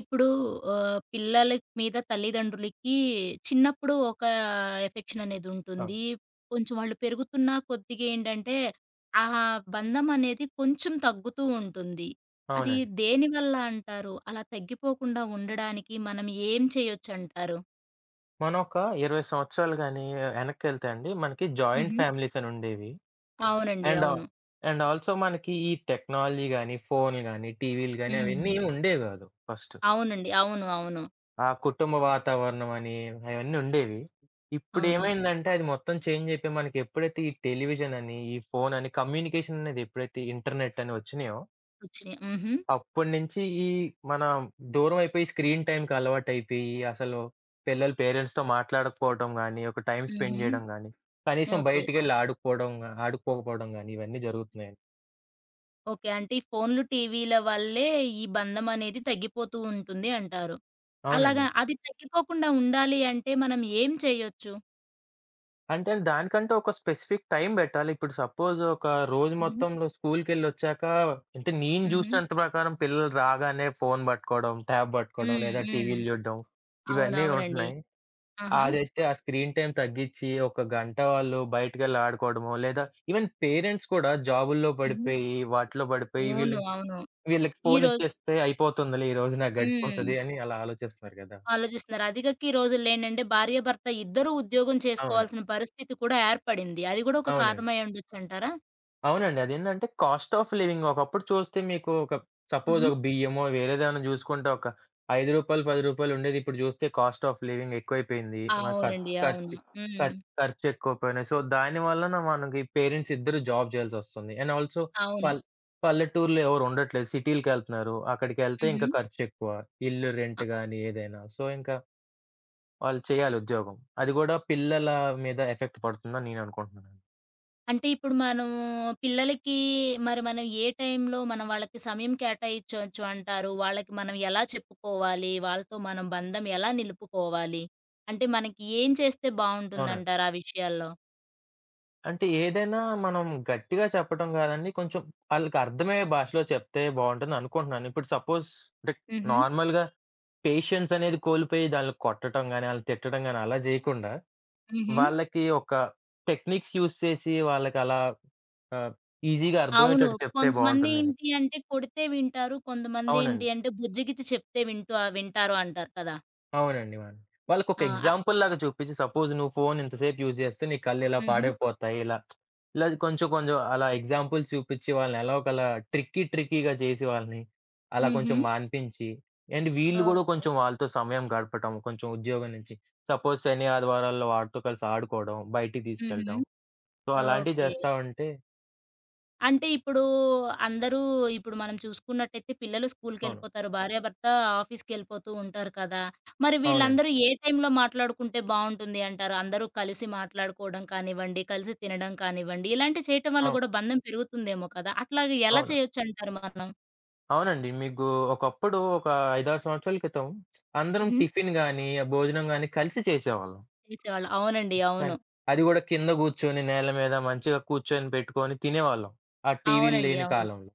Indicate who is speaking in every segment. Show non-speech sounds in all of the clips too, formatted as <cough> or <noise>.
Speaker 1: ఇప్పుడు పిల్లల మీద తల్లిదండ్రులకి చిన్నప్పుడు ఒక ఎఫెక్షన్
Speaker 2: అవును.
Speaker 1: అనేదుంటుంది. కొంచెం వాళ్ళు పెరుగుతున్న కొద్దిగా ఏంటంటే, ఆ బంధం అనేది కొంచెం తగ్గుతూ ఉంటుంది. అది
Speaker 2: అవునండి.
Speaker 1: దేనివల్ల అంటారు? అలా తగ్గిపోకుండా ఉండడానికి మనం ఏం చేయొచ్చంటారు?
Speaker 2: మనం ఒక 20 సంవత్సరాలు గాని వెనక్కెళ్తే అండి, మనకి జాయింట్
Speaker 1: హుహు.
Speaker 2: ఫ్యామిలీస్ అని ఉండేవి.
Speaker 1: అవునండి.
Speaker 2: అండ్ ఆహ్,
Speaker 1: అవును.
Speaker 2: అండ్ ఆల్సో మనకి ఈ టెక్నాలజీ గాని, ఫోన్‌లు గాని, టీవీలు గాని
Speaker 1: హ్మ్.
Speaker 2: అవన్నీ ఉండేవి కాదు ఫస్ట్.
Speaker 1: అవునండి. అవును. అవును.
Speaker 2: ఆ కుటుంబ వాతావరణం అని అవన్నీ ఉండేవి.
Speaker 1: అవును.
Speaker 2: ఇప్పుడేమైందంటే అది మొత్తం చేంజ్ అయిపోయి మనకి ఎప్పుడైతే ఈ టెలివిజన్ అని, ఈ ఫోన్ అని కమ్యూనికేషన్ అనేది ఎప్పుడైతే ఇంటర్నెట్ అని వచ్చినాయో
Speaker 1: వచ్చినియి. హుహు.
Speaker 2: అప్పటినుంచి ఈ మన దూరం అయిపోయి స్క్రీన్ టైమ్‌కి అలవాటైపోయి, అసలు పిల్లలు పేరెంట్స్‌తో మాట్లాడకపోవడం గాని, ఒక టైమ్ స్పెండ్
Speaker 1: హుహు.
Speaker 2: చేయడం గాని, కనీసం
Speaker 1: ఓకే.
Speaker 2: బయటికెళ్ళి ఆడుకోవడం గా ఆడుకోకపోవడం గాని ఇవన్నీ జరుగుతున్నాయండి.
Speaker 1: ఓకే. అంటే ఈ ఫోన్లు, టీవీల వల్లే ఈ బంధం అనేది తగ్గిపోతూ ఉంటుంది అంటారు. అలాగా
Speaker 2: అవునండి.
Speaker 1: అది తగ్గిపోకుండా ఉండాలి అంటే మనం ఏం చేయొచ్చు?
Speaker 2: అంటే దానికంటే ఒక స్పెసిఫిక్ టైమ్ పెట్టాలి. ఇప్పుడు సపోజ్ ఒక రోజు
Speaker 1: హుహు.
Speaker 2: మొత్తంలో స్కూల్‌కెళ్ళొచ్చాక అంటే నేను
Speaker 1: హుహు.
Speaker 2: చూసినంత ప్రకారం పిల్లలు రాగానే ఫోన్ పట్టుకోవడం, ట్యాబ్ పట్టుకోవడం
Speaker 1: హ్మ్.
Speaker 2: లేదా
Speaker 1: హ్మ్.
Speaker 2: టీవీలు చూడడం ఇవన్నీ
Speaker 1: అవునవునండి.
Speaker 2: ఉంటున్నాయి.
Speaker 1: ఆహా!
Speaker 2: అదైతే ఆ స్క్రీన్ టైమ్ తగ్గిచ్చి, ఒక గంట వాళ్ళు బయటికెళ్ళి ఆడుకోవడమో, లేదా ఈవెన్ పేరెంట్స్ కూడా జాబుల్లో
Speaker 1: హుహు.
Speaker 2: పడిపోయి, వాటిలో పడిపోయి
Speaker 1: అవును. అవును.
Speaker 2: వీళ్ళకి
Speaker 1: ఈ రోజు
Speaker 2: ఫోనిచ్చేస్తే అయిపోతుందిలే ఈ రోజు నాకు
Speaker 1: హ్మ్.
Speaker 2: గడిచిపోతది అని అలా ఆలోచిస్తున్నారు గదా!
Speaker 1: ఆలోచిస్తున్నారు. అదిగాక ఈ రోజుల్లో ఏంటంటే భార్యాభర్త ఇద్దరూ ఉద్యోగం
Speaker 2: అవును.
Speaker 1: చేసుకోవాల్సిన పరిస్థితి కూడా ఏర్పడింది. అది కూడా ఒక
Speaker 2: అవునండి.
Speaker 1: కారణమై ఉండొచ్చంటారా?
Speaker 2: అవునండి. అదేందంటే కాస్ట్ ఆఫ్ లివింగ్ ఒకప్పుడు చూస్తే మీకు ఒక సపోజ్
Speaker 1: హుహు.
Speaker 2: ఒక బియ్యమో వేరేదేమన్నా జూసుకుంటే ఒక రూ. 5, రూ. 10 ఉండేది. ఇప్పుడు జూస్తే కాస్ట్ ఆఫ్ లివింగ్ ఎక్కువైపోయింది. మన ఖర్చు
Speaker 1: అవునండి. అవును.
Speaker 2: ఖర్చు
Speaker 1: హ్మ్.
Speaker 2: ఖర్చు ఖర్చెక్కువైపోయినాయి. సో, దాని వలన మనకి పేరెంట్స్ ఇద్దరు జాబ్ జేయాల్సొస్తుంది. అండ్ ఆల్సో
Speaker 1: అవును.
Speaker 2: పల్ పల్లెటూర్లో ఎవరు ఉండట్లేదు. సిటీలకెళ్తున్నారు. అక్కడికెళ్తే ఇంకా
Speaker 1: హుహు.
Speaker 2: ఖర్చెక్కువ. ఇల్లు రెంట్ గాని ఏదైనా. సో, ఇంకా వాళ్ళు చేయాలి ఉద్యోగం. అది గూడా పిల్లల మీద ఎఫెక్ట్ పడుతుందని నేననుకుంటున్నానండి.
Speaker 1: అంటే ఇప్పుడు మనం పిల్లలకి మరి మనం ఏ టైంలో మనం వాళ్ళకి సమయం కేటాయించవచ్చు అంటారు? వాళ్ళకి మనం ఎలా చెప్పుకోవాలి? వాళ్ళతో మనం బంధం ఎలా నిలుపుకోవాలి? అంటే మనకి ఏం చేస్తే
Speaker 2: అవునండి.
Speaker 1: బావుంటుందంటారు ఆ విషయాల్లో?
Speaker 2: అంటే ఏదైనా మనం గట్టిగా చెప్పడం కాదండి. కొంచెం ఆళ్ళకి అర్థమయ్యే భాషలో చెప్తే బావుంటుంది అనుకుంటున్నాను. ఇప్పుడు సపోజ్ అంటే
Speaker 1: హుహు.
Speaker 2: నార్మల్‌గా పేషెన్స్ అనేది కోల్పోయి దాన్ని కొట్టడం గాని, ఆళ్ళని తిట్టడం గాని అలా జేయకుండా,
Speaker 1: హుహు.
Speaker 2: వాళ్ళకి ఒక టెక్నిక్స్ యూజ్ చేసి వాళ్ళకలా ఆహ్, ఈజీగా
Speaker 1: అవును.
Speaker 2: అర్థమయ్యేటట్టు చెప్తే
Speaker 1: కొంతమంది
Speaker 2: బావుంటుందండి.
Speaker 1: ఏంటి అంటే కొడితే వింటారు. కొంతమంది
Speaker 2: అవునండి.
Speaker 1: ఏంటి అంటే బుజ్జగిచ్చి చెప్తే వింటూ వింటారు అంటారు కదా!
Speaker 2: అవునండి. అవును. వాళ్ళకొక
Speaker 1: ఆ!
Speaker 2: ఎగ్జాంపుల్ లాగా చూపించి సపోజ్ నువ్వు ఫోన్ ఇంతసేపు యూజ్ చేస్తే నీ కళ్ళు ఇలా
Speaker 1: హుహు.
Speaker 2: పాడైపోతాయి. ఇలా, ఇలా కొంచెం కొంచెం అలా ఎగ్జాంపుల్స్ చూపించి వాళ్ళని ఎలాగోకలా ట్రిక్కీ ట్రిక్కీగా చేసి వాళ్ళని అలా
Speaker 1: హుహు.
Speaker 2: కొంచెం మాన్పించి అండ్ వీళ్ళు గూడా
Speaker 1: ఓకే.
Speaker 2: కొంచెం వాళ్ళతో సమయం గడపటం. కొంచెం ఉద్యోగం నుంచి సపోజ్ శని, ఆదివారాల్లో వాడితో కలిసి ఆడుకోవడం, బయటికి
Speaker 1: హుహు.
Speaker 2: తీసుకెళ్ళటం. సో, అలాంటివి
Speaker 1: ఓకే.
Speaker 2: చేస్తా ఉంటే
Speaker 1: అంటే ఇప్పుడు అందరూ ఇప్పుడు మనం చూసుకున్నట్టయితే పిల్లలు
Speaker 2: అవును.
Speaker 1: స్కూల్‌కెళ్ళిపోతారు. భార్యాభర్త ఆఫీస్‌కెళ్ళిపోతూ ఉంటారు కదా! మరి
Speaker 2: అవునండి.
Speaker 1: వీళ్ళందరూ ఏ టైంలో మాట్లాడుకుంటే బావుంటుంది అంటారు? అందరూ కలిసి మాట్లాడుకోవడం కానివ్వండి, కలిసి తినడం కానివ్వండి, ఇలాంటివి చేయటం వల్ల
Speaker 2: అవు
Speaker 1: గూడా బంధం పెరుగుతుందేమో కదా! అట్లాగే ఎలా
Speaker 2: అవును.
Speaker 1: చేయొచ్చంటారు మనం?
Speaker 2: అవునండి. మీకు ఒకప్పుడు ఒక 5, 6 సంవత్సరాల క్రితం అందరం
Speaker 1: హుహు.
Speaker 2: టిఫిన్ గాని, ఆ భోజనం గాని కలిసి చేసేవాళ్ళం.
Speaker 1: చేసేవాళ్ళు. అవునండి. అవును.
Speaker 2: కానీ అది గూడా కింద గూర్చొని నేల మీద మంచిగా కూర్చొని పెట్టుకొని తినేవాళ్ళం. ఆ టీవీలు
Speaker 1: అవునండి.
Speaker 2: లేని
Speaker 1: అవును.
Speaker 2: కాలంలో.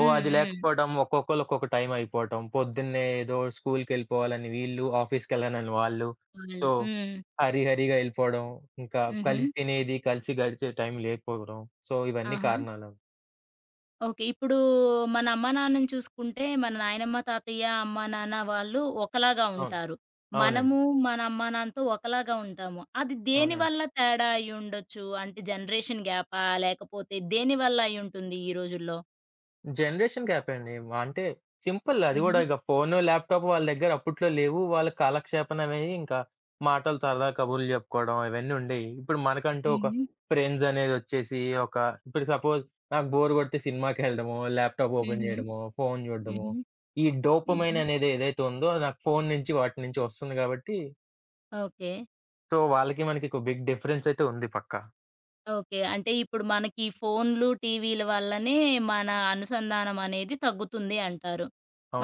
Speaker 2: ఓ అది
Speaker 1: హ్మ్.
Speaker 2: లేకపోవడం ఒక్కొక్కళ్ళు ఒక్కొక్క టైం అయిపోవటం. పొద్దున్నే ఏదో స్కూలుకెళ్ళిపోవాలని వీళ్ళు, ఆఫీస్‌కెళ్ళాలని వాళ్ళు.
Speaker 1: వాళ్ళు.
Speaker 2: సో,
Speaker 1: హ్మ్.
Speaker 2: హరీహరీగా ఎళ్ళిపోవడం. ఇంకా
Speaker 1: హుహు.
Speaker 2: కలిసి తినేది, కలిసి గడిచే టైం లేకపోవడం. సో, ఇవన్నీ
Speaker 1: ఆహా!
Speaker 2: కారణాలు.
Speaker 1: ఓకే. ఇప్పుడు మన అమ్మానాన్నని చూసుకుంటే, మన నాయనమ్మ, తాతయ్య, అమ్మా, నాన్న వాళ్ళు ఒకలాగా
Speaker 2: అవును.
Speaker 1: ఉంటారు.
Speaker 2: అవునండి.
Speaker 1: మనము మన అమ్మానాన్నతో ఒకలాగా ఉంటాము. అది
Speaker 2: అవునండి.
Speaker 1: దేనివల్ల తేడా అయ్యుండొచ్చు? అంటే జనరేషన్ గ్యాపా? లేకపోతే దేనివల్ల అయ్యుంటుంది ఈ రోజుల్లో?
Speaker 2: జనరేషన్ గ్యాపే అండి. అంటే సింపుల్ అది
Speaker 1: హుహు.
Speaker 2: గూడా ఇక ఫోను, ల్యాప్‌టాప్ వాళ్ళ దగ్గర అప్పట్లో లేవు. వాళ్ళ కాలక్షేపణమయ్యి ఇంకా మాటలు సరదా కబుర్లు జెప్పుకోవడం ఇవన్నీ ఉండేయి. ఇప్పుడు మనకంటూ ఒక
Speaker 1: హుహు.
Speaker 2: ఫ్రెండ్స్ అనేదొచ్చేసి ఒక ఇప్పుడు సపోజ్ నాకు బోర్ గొడితే సినిమాకెళ్ళడమో, ల్యాప్‌టాప్ ఓపెన్
Speaker 1: హుహు.
Speaker 2: జేయడమో, ఫోను జూడ్డమో.
Speaker 1: హుహు.
Speaker 2: ఈ డోపమైన్
Speaker 1: హుహు.
Speaker 2: అనేది ఏదైతే ఉందో నాకు ఫోను నుంచి వాటి నుంచి వస్తుంది గాబట్టి,
Speaker 1: ఓకే.
Speaker 2: సో, వాళ్ళకి మనకి ఒక బిగ్ డిఫరెన్స్ అయితే ఉంది పక్కా.
Speaker 1: ఓకే. అంటే ఇప్పుడు మనకి ఈ ఫోన్లు, టీవీల వల్లనే మన అనుసంధానం అనేది తగ్గుతుంది అంటారు.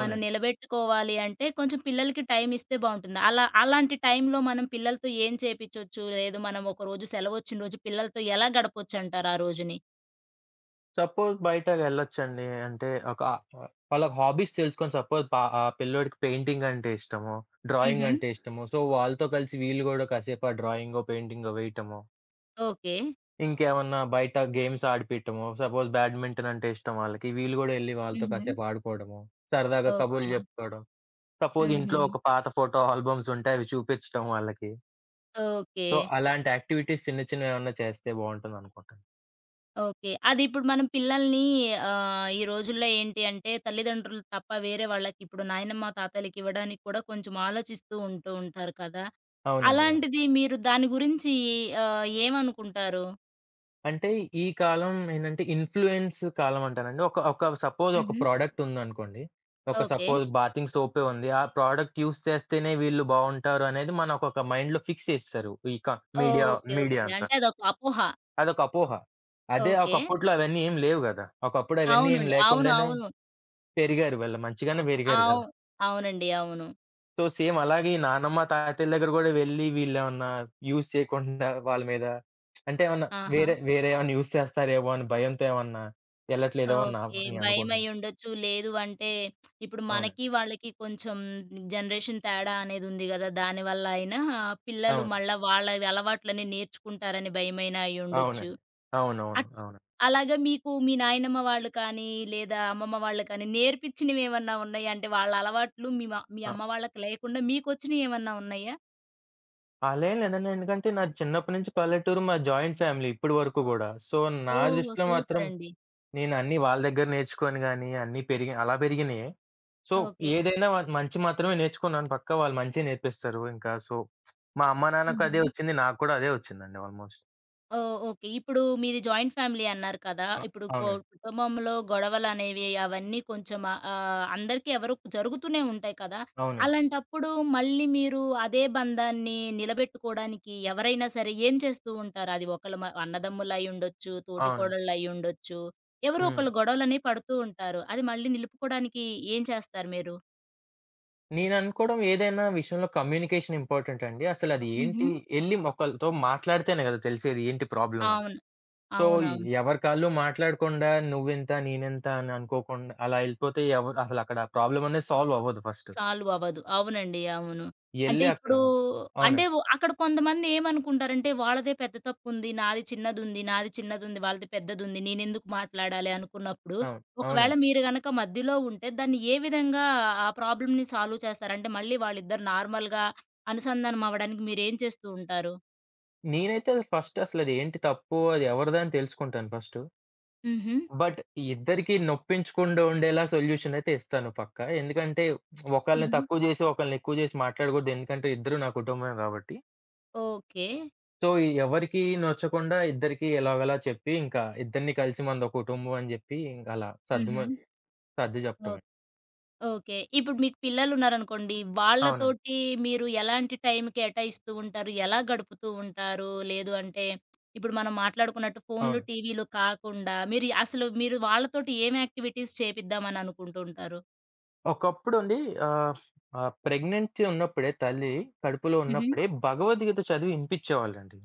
Speaker 1: మనం నిలబెట్టుకోవాలి అంటే కొంచెం పిల్లలకి టైం ఇస్తే బావుంటుంది. అలా అలాంటి టైంలో మనం పిల్లలతో ఏం చేపిచ్చొచ్చు? లేదు మనం ఒకరోజు సెలవొచ్చిన రోజు పిల్లలతో ఎలా గడపొచ్చంటారు ఆ రోజుని?
Speaker 2: సపోజ్ బయటకెళ్ళొచ్చండి. అంటే ఒక వాళ్ళకి హాబీస్ తెలుసుకొని సపోజ్ ఆ పిల్లోడికి పెయింటింగ్ అంటే ఇష్టము,
Speaker 1: హుహు.
Speaker 2: డ్రాయింగ్ అంటే ఇష్టము. సో, వాళ్ళతో కలిసి వీళ్ళు గూడా కాసేపు ఆ డ్రాయింగో, పెయింటింగో వేయటము.
Speaker 1: ఓకే.
Speaker 2: ఇంకేమన్నా బయట గేమ్స్ ఆడిపియటము. సపోజ్ బ్యాడ్మింటన్ అంటే ఇష్టం వాళ్ళకి. వీళ్ళు గూడా ఎళ్లి వాళ్ళతో
Speaker 1: హుహు.
Speaker 2: కాసేపు ఆడుకోవడము. సరదాగా
Speaker 1: ఓకే.
Speaker 2: కబుర్లు ఆ! జెప్పుకోవడం. సపోజ్
Speaker 1: హుహు.
Speaker 2: ఇంట్లో ఒక పాత ఫోటో ఆల్బమ్స్ ఉంటే అవి చూపిచ్చటం వాళ్ళకి.
Speaker 1: ఓకే.
Speaker 2: సో, అలాంటి యాక్టివిటీస్ చిన్న చిన్నవేమన్నా చేస్తే బావుంటుందనుకుంటాను.
Speaker 1: ఓకే. అది ఇప్పుడు మనం పిల్లల్ని ఈ రోజుల్లో ఏంటి అంటే తల్లిదండ్రులు తప్ప వేరే వాళ్ళకి ఇప్పుడు నాయనమ్మ, తాతయ్యలకి ఇవ్వడానికి కూడా కొంచెం ఆలోచిస్తూ ఉంటూ ఉంటారు కదా!
Speaker 2: అవునండి. అవును.
Speaker 1: అలాంటిది మీరు దాని గురించి ఏమనుకుంటారు?
Speaker 2: అంటే ఈ కాలం ఏంటంటే ఇన్‌ఫ్లూయెన్స్ కాలం అంటానండి. ఒక ఒక సపోజ్ ఒక
Speaker 1: హుహు.
Speaker 2: ప్రొడక్ట్ ఉందనుకోండి. ఒక
Speaker 1: ఓకే.
Speaker 2: సపోజ్ బాతింగ్ సోపే ఉంది. ఆ ప్రొడక్ట్ యూజ్ చేస్తేనే వీళ్ళు బావుంటారు అనేది మనకొక మైండ్‌లో ఫిక్స్ చేసేసారు. ఈ క మీడియా
Speaker 1: ఓకే.
Speaker 2: Media
Speaker 1: okay.
Speaker 2: అంతా.
Speaker 1: అంటే అదొక అపోహ.
Speaker 2: అదొక అపోహ. అదే
Speaker 1: ఓకే.
Speaker 2: ఒకప్పట్లో అవన్నీ ఏం లేవు గదా! ఒకప్పుడు అవన్నీ ఏం
Speaker 1: అవునండి. అవును.
Speaker 2: లేకుండానే
Speaker 1: అవును.
Speaker 2: పెరిగారు. వీళ్ళు మంచిగానే పెరిగారు
Speaker 1: అవు
Speaker 2: గదా!
Speaker 1: అవునండి. అవును.
Speaker 2: సో, సేమ్ అలాగే ఈ నానమ్మ, తాతయ్యల దగ్గర గూడా వెళ్లి వీళ్ళేమన్నా యూజ్ చేయకుండా వాళ్ళ మీద అంటే ఏమన్నా
Speaker 1: ఆహా!
Speaker 2: వేరే వేరే ఏమన్నా యూజ్ చేస్తారేమో అని భయంతో ఏమన్నా ఎళ్ళట్లేదేమో నా
Speaker 1: ఓకే.
Speaker 2: అని అనుకుంటున్నాను.
Speaker 1: భయమయ్యుండొచ్చు. లేదు అంటే ఇప్పుడు
Speaker 2: అవునండి.
Speaker 1: మనకి, వాళ్ళకి కొంచెం జనరేషన్ తేడా అనేదుంది గదా! దానివల్ల అయినా పిల్లలు
Speaker 2: అవును.
Speaker 1: మళ్ళా వాళ్ళవి అలవాట్లన్నీ నేర్చుకుంటారని భయమైనా అయ్యుండొచ్చు.
Speaker 2: అవునండి. అవునవును.
Speaker 1: అట్
Speaker 2: అవును.
Speaker 1: అలాగా మీకు మీ నాయనమ్మ వాళ్ళు కానీ, లేదా అమ్మమ్మ వాళ్ళు కానీ నేర్పించినవేమన్నా ఉన్నాయా? అంటే వాళ్ళ అలవాట్లు మీ మీ
Speaker 2: ఆ!
Speaker 1: అమ్మ వాళ్ళకి లేకుండా మీకొచ్చినయేమన్నా ఉన్నాయా?
Speaker 2: అలా ఏం లేదండి. ఎందుకంటే నాది చిన్నప్పటి నుంచి పల్లెటూరు, మాది జాయింట్ ఫ్యామిలీ ఇప్పటి వరకు గూడా. సో, నా
Speaker 1: ఓహో!
Speaker 2: దృష్టిలో మాత్రం
Speaker 1: సూపరండి.
Speaker 2: నేను అన్నీ వాళ్ళ దగ్గర నేర్చుకొని గాని, అన్నీ పెరిగి అలా పెరిగినియే. సో, ఏదైనా మంచి మాత్రమే నేర్చుకున్నాను. పక్కా వాళ్ళు మంచే నేర్పిస్తారు ఇంకా. సో, మా అమ్మా నాన్నకు అదే
Speaker 1: ఓకే.
Speaker 2: వచ్చింది. నాకు కూడా అదే వచ్చిందండి ఆల్‌మోస్ట్.
Speaker 1: ఓహ్! ఓకే. ఇప్పుడు మీది జాయింట్ ఫ్యామిలీ అన్నారు కదా!
Speaker 2: అ!
Speaker 1: ఇప్పుడు
Speaker 2: అవునండి.
Speaker 1: కుటుంబంలో గొడవలనేవి అవన్నీ కొంచెం అందరికీ ఎవరు జరుగుతూనే ఉంటాయి కదా!
Speaker 2: అవునండి.
Speaker 1: అలాంటప్పుడు మళ్ళీ మీరు అదే బంధాన్ని నిలబెట్టుకోవడానికి ఎవరైనా సరే ఏం చేస్తూ ఉంటారు? అది ఒకళ్ళు అన్నదమ్ములయ్యుండొచ్చు, తోటి
Speaker 2: అవును.
Speaker 1: కోడళ్ళయ్యుండొచ్చు. ఎవరో
Speaker 2: హ్మ్.
Speaker 1: ఒకళ్ళు గొడవలనేవి పడుతూ ఉంటారు. అది మళ్ళీ నిలుపుకోవడానికి ఏం చేస్తారు మీరు?
Speaker 2: నేననుకోవడం ఏదైనా విషయంలో కమ్యూనికేషన్ ఇంపార్టెంట్ అండి. అసలది
Speaker 1: హుహు.
Speaker 2: ఏంటి ఎళ్లి ఒకళ్ళతో మాట్లాడితేనే కదా తెలిసేది ఏంటి ప్రాబ్లమ్ అని.
Speaker 1: అవును.
Speaker 2: సో,
Speaker 1: అవునవును.
Speaker 2: ఎవరి కాళ్ళు మాట్లాడకుండా నువ్వింత, నేనింత అని అనుకోకుండా అలా ఎళ్ళిపోతే ఎవరు అసలక్కడ ప్రాబ్లమ్ అనేది సాల్వ్ అవ్వదు ఫస్ట్.
Speaker 1: సాల్వ్ అవ్వదు. అవునండి. అవును. అంటే
Speaker 2: ఎళ్లి అక్కడ
Speaker 1: ఇప్పుడు అంటే
Speaker 2: అవునండి.
Speaker 1: అక్కడ కొంతమంది ఏమనుకుంటారంటే, వాళ్ళదే పెద్ద తప్పుంది. నాది చిన్నదుంది. నాది చిన్నదుంది. వాళ్ళది పెద్దదుంది. నేనెందుకు మాట్లాడాలి అనుకున్నప్పుడు,
Speaker 2: అవును.
Speaker 1: ఒకవేళ
Speaker 2: అవునండి.
Speaker 1: మీరు గనక మధ్యలో ఉంటే, దాన్ని ఏ విధంగా ఆ ప్రాబ్లమ్‌ని సాల్వ్ చేస్తారు? అంటే మళ్ళీ వాళ్ళిద్దరు నార్మల్‌గా అనుసంధానం అవ్వడానికి మీరేం చేస్తూ ఉంటారు?
Speaker 2: నేనైతే అది ఫస్ట్ అసలది ఏంటి తప్పు అది ఎవరిదా అని తెలుసుకుంటాను ఫస్టు.
Speaker 1: హుహు.
Speaker 2: బట్ ఇద్దరికీ నొప్పించకుండా ఉండేలా సొల్యూషన్ అయితే ఇస్తాను పక్కా. ఎందుకంటే ఒకళ్ళని
Speaker 1: హుహు.
Speaker 2: తక్కువ జేసి, ఒకళ్ళని ఎక్కువ జేసి మాట్లాడగూడదు. ఎందుకంటే ఇద్దరు నా కుటుంబమే గాబట్టి.
Speaker 1: ఓకే.
Speaker 2: సో, ఎవరికీ నొచ్చకుండా ఇద్దరికీ ఎలాగోలా చెప్పి ఇంకా ఇద్దరిని కలిసి మనదో కుటుంబం అని జెప్పి ఇంకలా
Speaker 1: హుహు.
Speaker 2: సర్ది జెప్పటమే.
Speaker 1: ఓకే. ఇప్పుడు మీకు పిల్లలున్నారనుకోండి.
Speaker 2: అవునండి.
Speaker 1: వాళ్ళతోటి మీరు ఎలాంటి టైం కేటాయిస్తూ ఉంటారు? ఎలా గడుపుతూ ఉంటారు? లేదు అంటే ఇప్పుడు మనం మాట్లాడుకున్నట్టు ఫోన్లు,
Speaker 2: అవును.
Speaker 1: టీవీలు కాకుండా మీరు అసలు మీరు వాళ్ళతోటి ఏం యాక్టివిటీస్ చేపిద్దామని అనుకుంటూ ఉంటారు?
Speaker 2: ఒకప్పుడండి ఆహ్, ఆహ్, ప్రెగ్నెన్సీ ఉన్నప్పుడే తల్లి కడుపులో
Speaker 1: హుహు.
Speaker 2: ఉన్నప్పుడే భగవద్గీత చదివి ఇనిపించేవాళ్ళండి.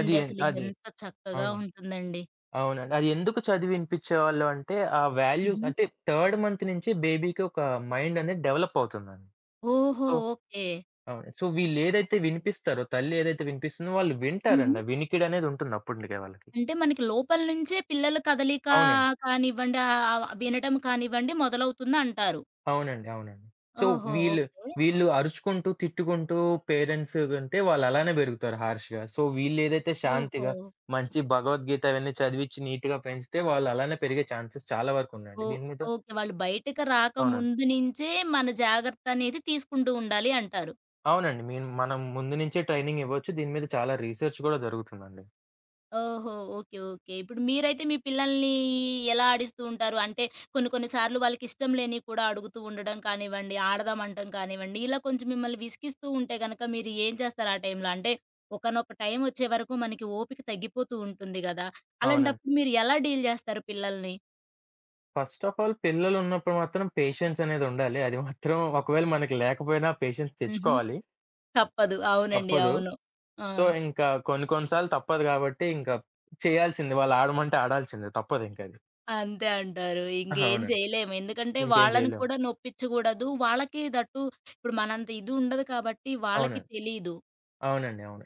Speaker 2: అది ఎన్
Speaker 1: అసలు
Speaker 2: అది
Speaker 1: ఎంత చక్కగా
Speaker 2: అవును.
Speaker 1: ఉంటుందండి.
Speaker 2: అవునండి. అది ఎందుకు చదివి ఇనిపించేవాళ్ళు అంటే ఆ వాల్యూ
Speaker 1: హుహు.
Speaker 2: అంటే థర్డ్ మంత్ నుంచి బేబీకి ఒక మైండ్ అనేది డెవలప్ అవుతుందండి.
Speaker 1: ఓహో!
Speaker 2: So
Speaker 1: okay.
Speaker 2: అవును. సో వీళ్ళేదైతే వినిపిస్తారో తల్లి ఏదైతే వినిపిస్తుందో వాళ్ళు
Speaker 1: హుహు.
Speaker 2: వింటారండి. ఆ వినికిడనేది ఉంటుంది అప్పటికే వాళ్ళకి.
Speaker 1: అంటే మనకి లోపల నుంచే పిల్లల కదలిక
Speaker 2: అవునండి.
Speaker 1: కానివ్వండి, వినడం కానివ్వండి మొదలవుతుందంటారు.
Speaker 2: అవునండి. అవునండి. సో,
Speaker 1: ఓహో!
Speaker 2: వీళ్ళు
Speaker 1: ఓకే.
Speaker 2: వీళ్ళు అరుచుకుంటూ, తిట్టుకుంటూ పేరెంట్స్ కంటే వాళ్ళు అలానే పెరుగుతారు హార్ష్‌గా. సో, వీళ్ళేదైతే
Speaker 1: ఓహో!
Speaker 2: శాంతిగా, మంచి భగవద్గీత అవన్నీ చదివిచ్చి నీట్‌గా పెంచితే వాళ్ళు అలానే పెరిగే ఛాన్సెస్ చాలా వరకు
Speaker 1: ఓ
Speaker 2: ఉన్నాయండి. దీని మీద
Speaker 1: ఓకే. వాళ్ళు బయటకి
Speaker 2: అవునండి.
Speaker 1: రాకముందు నించే మన జాగ్రత్తనేది తీసుకుంటూ ఉండాలి అంటారు.
Speaker 2: అవునండి. మనం ముందు నుంచే ట్రైనింగ్ ఇవ్వచ్చు. దీని మీద చాలా రీసెర్చ్ కూడా జరుగుతుందండి.
Speaker 1: ఓహో! ఓకే. ఓకే. ఇప్పుడు మీరైతే మీ పిల్లల్ని ఎలా ఆడిస్తూ ఉంటారు? అంటే కొన్ని కొన్ని సార్లు వాళ్ళకిష్టం లేనివి కూడా అడుగుతూ ఉండడం కానివ్వండి, ఆడదాం అనటం కానివ్వండి, ఇలా కొంచెం మిమ్మల్ని విసిగిస్తూ ఉంటే గనక మీరు ఏం చేస్తారు ఆ టైంలో? అంటే ఒకానొక టైం వచ్చే వరకు మనకి ఓపిక తగ్గిపోతూ ఉంటుంది గదా!
Speaker 2: అవునండి.
Speaker 1: అలాంటప్పుడు మీరు ఎలా డీల్ జేస్తారు పిల్లల్ని?
Speaker 2: ఫస్ట్ ఆఫ్ ఆల్ పిల్లలున్నప్పుడు మాత్రం పేషెన్స్ అనేది ఉండాలి. అది మాత్రం ఒకవేళ మనకి లేకపోయినా పేషెన్స్
Speaker 1: హుహు.
Speaker 2: తెచ్చుకోవాలి.
Speaker 1: తప్పదు. అవునండి.
Speaker 2: తప్పదు.
Speaker 1: అవును. ఆ!
Speaker 2: సో, ఇంకా కొన్ని కొన్ని సార్లు తప్పదు గాబట్టి, ఇంకా చేయాల్సింది. వాళ్ళు ఆడమంటే ఆడాల్సిందే. తప్పదింకది.
Speaker 1: అంతే అంటారు.
Speaker 2: ఆహా!
Speaker 1: ఇంకేం
Speaker 2: అవునండి.
Speaker 1: జేయలేము. ఎందుకంటే
Speaker 2: ఇంకేం
Speaker 1: వాళ్ళని
Speaker 2: జేయలేం.
Speaker 1: కూడా నొప్పించకూడదు. వాళ్ళకి దట్టు ఇప్పుడు మనంత ఇది ఉండదు కాబట్టి వాళ్ళకి
Speaker 2: అవునండి.
Speaker 1: తెలీదు.
Speaker 2: అవునండి. అవును.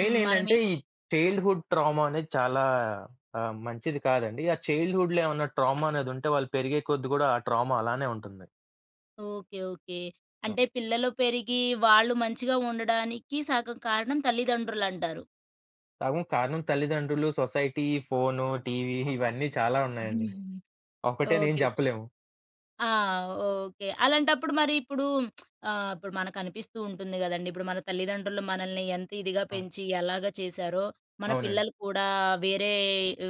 Speaker 1: హ్మ్. మనమే
Speaker 2: ఏంటంటే, ఈ చైల్డ్‌హుడ్ ట్రామా అనేది చాలా మంచిది కాదండి. ఆ చైల్డ్‌హుడ్‌లో ఏమన్నా ట్రామా అనేదుంటే, వాళ్ళు పెరిగే కొద్దీ గూడా ఆ ట్రామా అలానే ఉంటుంది.
Speaker 1: ఓకే. ఓకే. అంటే
Speaker 2: అవును.
Speaker 1: పిల్లలు పెరిగి వాళ్ళు మంచిగా ఉండడానికి సగం కారణం తల్లిదండ్రులంటారు.
Speaker 2: సగం కారణం తల్లిదండ్రులు, సొసైటీ, ఫోను, టీవీ ఇవన్నీ చాలా ఉన్నాయండి.
Speaker 1: <laughs> ఓకే.
Speaker 2: ఒకటే అని ఏం
Speaker 1: ఓకే.
Speaker 2: జెప్పలేము.
Speaker 1: ఆ! ఓకే. అలాంటప్పుడు మరి ఇప్పుడు ఇప్పుడు మనకనిపిస్తూ ఉంటుంది గదండీ! ఇప్పుడు మన తల్లిదండ్రులు మనల్ని ఎంత ఇదిగా
Speaker 2: ఆ!
Speaker 1: పెంచి, ఎలాగా చేశారో, మన
Speaker 2: అవునండి.
Speaker 1: పిల్లలు కూడా వేరే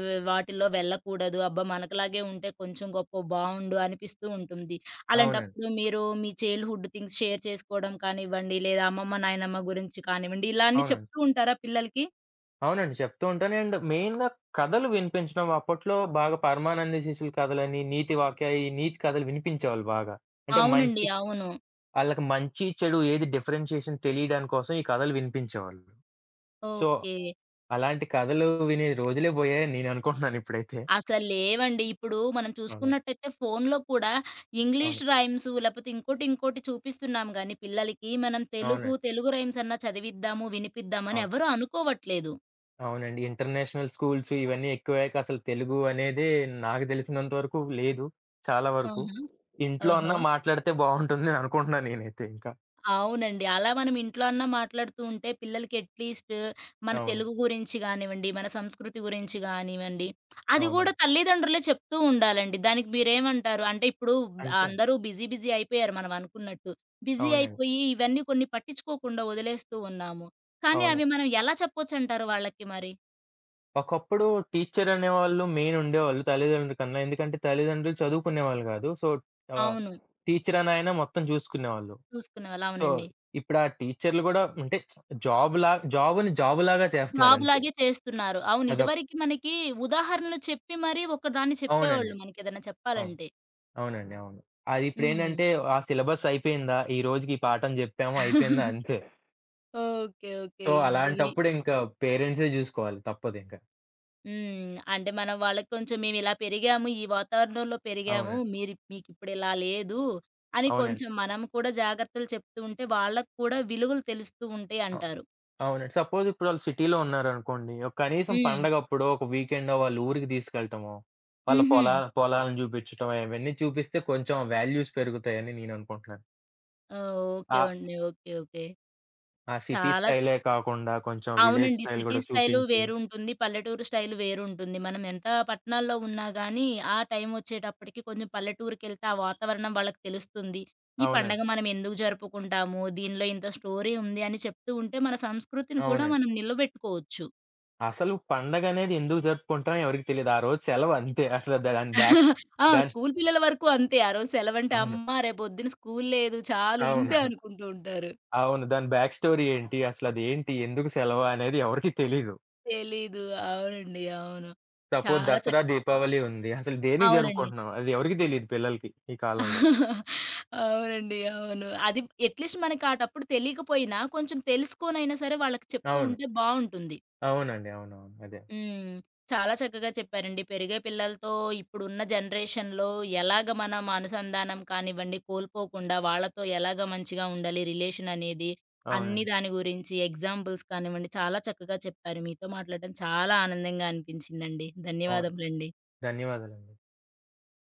Speaker 1: వాటిల్లో వెళ్ళకూడదు. అబ్బా! మనకులాగే ఉంటే కొంచెం గొప్పో బావుండు అనిపిస్తూ ఉంటుంది.
Speaker 2: అవునండి.
Speaker 1: అలాంటప్పుడు మీరు మీ చైల్డ్‌హుడ్ థింగ్స్ షేర్ చేసుకోవడం కానివ్వండి, లేదా అమ్మమ్మ, నాయనమ్మ గురించి కానివ్వండి, ఇలా అన్నీ
Speaker 2: అవునండి.
Speaker 1: చెప్తూ ఉంటారా పిల్లలకి?
Speaker 2: అవునండి. చెప్తూ ఉంటాను. అండ్ మెయిన్‌గా కథలు వినిపించడం అప్పట్లో బాగా పరమానంద శిష్యుల కథలని, నీతి వాక్య, ఈ నీతి కథలు వినిపించేవాళ్ళు బాగా. అంటే
Speaker 1: అవునండి.
Speaker 2: మంచి
Speaker 1: అవును.
Speaker 2: ఆళ్ళకి మంచి, చెడు ఏది డిఫరెన్షియేషన్ తెలియడాని కోసం ఈ కథలు వినిపించేవాళ్ళు. So,
Speaker 1: okay.
Speaker 2: అలాంటి కథలు వినే రోజులే పోయాయని నేననుకుంటున్నాను ఇప్పుడైతే.
Speaker 1: అసలు లేవండి. ఇప్పుడు మనం
Speaker 2: అవునండి.
Speaker 1: చూసుకున్నట్టయితే ఫోన్‌లో కూడా ఇంగ్లీష్
Speaker 2: అవును.
Speaker 1: రైమ్స్ లేపోతే ఇంకోటి, ఇంకోటి చూపిస్తున్నాం గానీ పిల్లలకి మనం తెలుగు,
Speaker 2: అవునండి.
Speaker 1: తెలుగు రైమ్స్ అన్నా చదివిద్దాము, వినిపిద్దామని
Speaker 2: అవును.
Speaker 1: ఎవరు అనుకోవట్లేదు.
Speaker 2: అవునండి. ఇంటర్నేషనల్ స్కూల్స్ ఇవన్నీ ఎక్కువయ్యాక అసలు తెలుగు అనేదే నాకు తెలిసినంత వరకు లేదు. చాలా వరకు.
Speaker 1: ఆహా!
Speaker 2: ఇంట్లో
Speaker 1: ఓహో!
Speaker 2: అన్నా మాట్లాడితే బావుంటుంది అనుకుంటున్నాను నేనైతే ఇంకా.
Speaker 1: అవునండి. అలా మనం ఇంట్లో అన్నా మాట్లాడుతూ ఉంటే పిల్లలకి అట్‌లీస్ట్ మన
Speaker 2: అవును.
Speaker 1: తెలుగు గురించి గానివ్వండి, మన సంస్కృతి గురించి గానివ్వండి, అది గూడా
Speaker 2: అవునండి.
Speaker 1: తల్లిదండ్రులే చెప్తూ ఉండాలండి. దానికి మీరేమంటారు? అంటే ఇప్పుడు
Speaker 2: అంతే.
Speaker 1: అందరూ బిజీ బిజీ అయిపోయారు మనం అనుకున్నట్టు. బిజీ
Speaker 2: అవునండి.
Speaker 1: అయిపోయి ఇవన్నీ కొన్ని పట్టించుకోకుండా వదిలేస్తూ ఉన్నాము. కానీ
Speaker 2: అవును.
Speaker 1: అవి మనం ఎలా చెప్పొచ్చంటారు వాళ్ళకి మరి?
Speaker 2: ఒకప్పుడు టీచర్ అనేవాళ్ళు మెయిన్ ఉండేవాళ్ళు తల్లిదండ్రుల కన్నా. ఎందుకంటే తల్లిదండ్రులు చదువుకునేవాళ్ళు గాదు. సో, ఆహ్,
Speaker 1: అవును.
Speaker 2: టీచర్ అని ఆయన మొత్తం చూసుకునేవాళ్ళు.
Speaker 1: చూసుకునేవాళ్ళు.
Speaker 2: సో,
Speaker 1: అవునండి.
Speaker 2: ఇప్పుడు ఆ టీచర్‌లు గూడా అంటే జాబ్‌లాగా చేస్తున్నారు
Speaker 1: జాబ్
Speaker 2: అంతే.
Speaker 1: లాగే చేస్తున్నారు. అవును.
Speaker 2: అదొక
Speaker 1: ఇదివరకి మనకి ఉదాహరణలు చెప్పి మరీ ఒకదాన్ని చెప్పేవాళ్ళు
Speaker 2: అవునండి.
Speaker 1: మనకేదైనా
Speaker 2: అవును.
Speaker 1: చెప్పాలంటే.
Speaker 2: అవునండి. అవును. అది
Speaker 1: హ్మ్.
Speaker 2: ఇప్పుడేంటంటే ఆ సిలబస్ అయిపోయిందా? ఈ రోజుకి ఈ పాఠం జెప్పాము అయిపోయిందా?
Speaker 1: <laughs>
Speaker 2: అంతే.
Speaker 1: ఓకే. ఓకే.
Speaker 2: సో,
Speaker 1: ఇది
Speaker 2: అలాంటప్పుడు ఇంకా పేరెంట్సే జూసుకోవాలి తప్పదింక.
Speaker 1: హ్మ్. అంటే మనం వాళ్ళకి కొంచెం మేమిలా పెరిగాము. ఈ వాతావరణంలో పెరిగాము.
Speaker 2: అవునండి.
Speaker 1: మీరు మీకిప్పుడిలా లేదు అని
Speaker 2: అవునండి.
Speaker 1: కొంచెం మనం కూడా జాగ్రత్తలు చెప్తూ ఉంటే వాళ్ళకి కూడా విలువలు తెలుస్తూ ఉంటాయి అంటారు.
Speaker 2: అవునండి. సపోజ్ ఇప్పుడు వాళ్ళు సిటీలో ఉన్నారనుకోండి. ఒక కనీసం
Speaker 1: హ్మ్.
Speaker 2: పండగప్పుడో, ఒక వీకెండో వాళ్ళ ఊరికి తీసుకెళ్ళటమో, వాళ్ళ
Speaker 1: హ్మ్. హుహు.
Speaker 2: పొలా పొలాలను చూపించటం ఇవన్నీ చూపిస్తే కొంచెం వాల్యూస్ పెరుగుతాయని నేననుకుంటున్నాను.
Speaker 1: ఓహ్! ఓకే
Speaker 2: ఆహ్,
Speaker 1: అండి. ఓకే. ఓకే.
Speaker 2: ఆ ఆ సిటీ
Speaker 1: చాలా
Speaker 2: స్టైలే కాకుండా కొంచెం విలేజ్
Speaker 1: అవునండి.
Speaker 2: స్టైల్
Speaker 1: సిటీ
Speaker 2: గూడా
Speaker 1: స్టైలు
Speaker 2: చూపించి
Speaker 1: వేరుంటుంది. పల్లెటూరు స్టైలు వేరుంటుంది. మనం ఎంత పట్టణాల్లో ఉన్నా గానీ, ఆ టైమొచ్చేటప్పటికి కొంచెం పల్లెటూరికెళ్తే ఆ వాతావరణం వాళ్ళకి తెలుస్తుంది. ఈ పండగ
Speaker 2: అవునండి.
Speaker 1: మనం ఎందుకు జరుపుకుంటాము? దీనిలో ఇంత స్టోరీ ఉంది అని చెప్తూ ఉంటే, మన సంస్కృతిని కూడా
Speaker 2: అవునండి.
Speaker 1: మనం నిలబెట్టుకోవచ్చు.
Speaker 2: అసలు పండగనేది ఎందుకు జరుపుకుంటాం ఎవరికీ తెలీదు. ఆ రోజు సెలవు అంతే. అసలు దా- దాని బ్యాక్
Speaker 1: ఆ!
Speaker 2: దాని
Speaker 1: స్కూలు పిల్లల వరకు అంతే. ఆ రోజు సెలవంటే,
Speaker 2: అవును.
Speaker 1: అమ్మా! రేపొద్దున స్కూలు లేదు చాలు
Speaker 2: అవును.
Speaker 1: ఇంతే అనుకుంటూ ఉంటారు.
Speaker 2: అవును. దాని బ్యాక్ స్టోరీ ఏంటి? అసలదేంటి? ఎందుకు సెలవు అనేది ఎవరికీ తెలీదు.
Speaker 1: తెలీదు. అవునండి. అవును.
Speaker 2: సపోజ్
Speaker 1: చాలా చక్
Speaker 2: దసరా, దీపావళి ఉంది. అసలు దేనికి
Speaker 1: అవునండి.
Speaker 2: జరుపుకుంటున్నాం? అది ఎవరికీ తెలీదు పిల్లలకి ఈ కాలంలో.
Speaker 1: అవునండి. అవును. అది అట్‌లీస్ట్ మనకి ఆటప్పుడు తెలియకపోయినా కొంచెం తెలుసుకోనైనా సరే వాళ్ళకి చెప్తూ
Speaker 2: అవును.
Speaker 1: ఉంటే బావుంటుంది.
Speaker 2: అవునండి. అవునవును. అదే.
Speaker 1: హ్మ్. చాలా చక్కగా చెప్పారండి. పెరిగే పిల్లలతో ఇప్పుడున్న జనరేషన్‌లో ఎలాగ మనం అనుసంధానం కానివ్వండి కోల్పోకుండా వాళ్ళతో ఎలాగ మంచిగా ఉండాలి రిలేషన్ అనేది, అన్ని
Speaker 2: అవునండి.
Speaker 1: దాని గురించి ఎగ్జాంపుల్స్ కానివ్వండి చాలా చక్కగా చెప్పారు. మీతో మాట్లాడడం చాలా ఆనందంగా అనిపించిందండి.
Speaker 2: అవును.
Speaker 1: ధన్యవాదములండి.
Speaker 2: ధన్యవాదాలండి.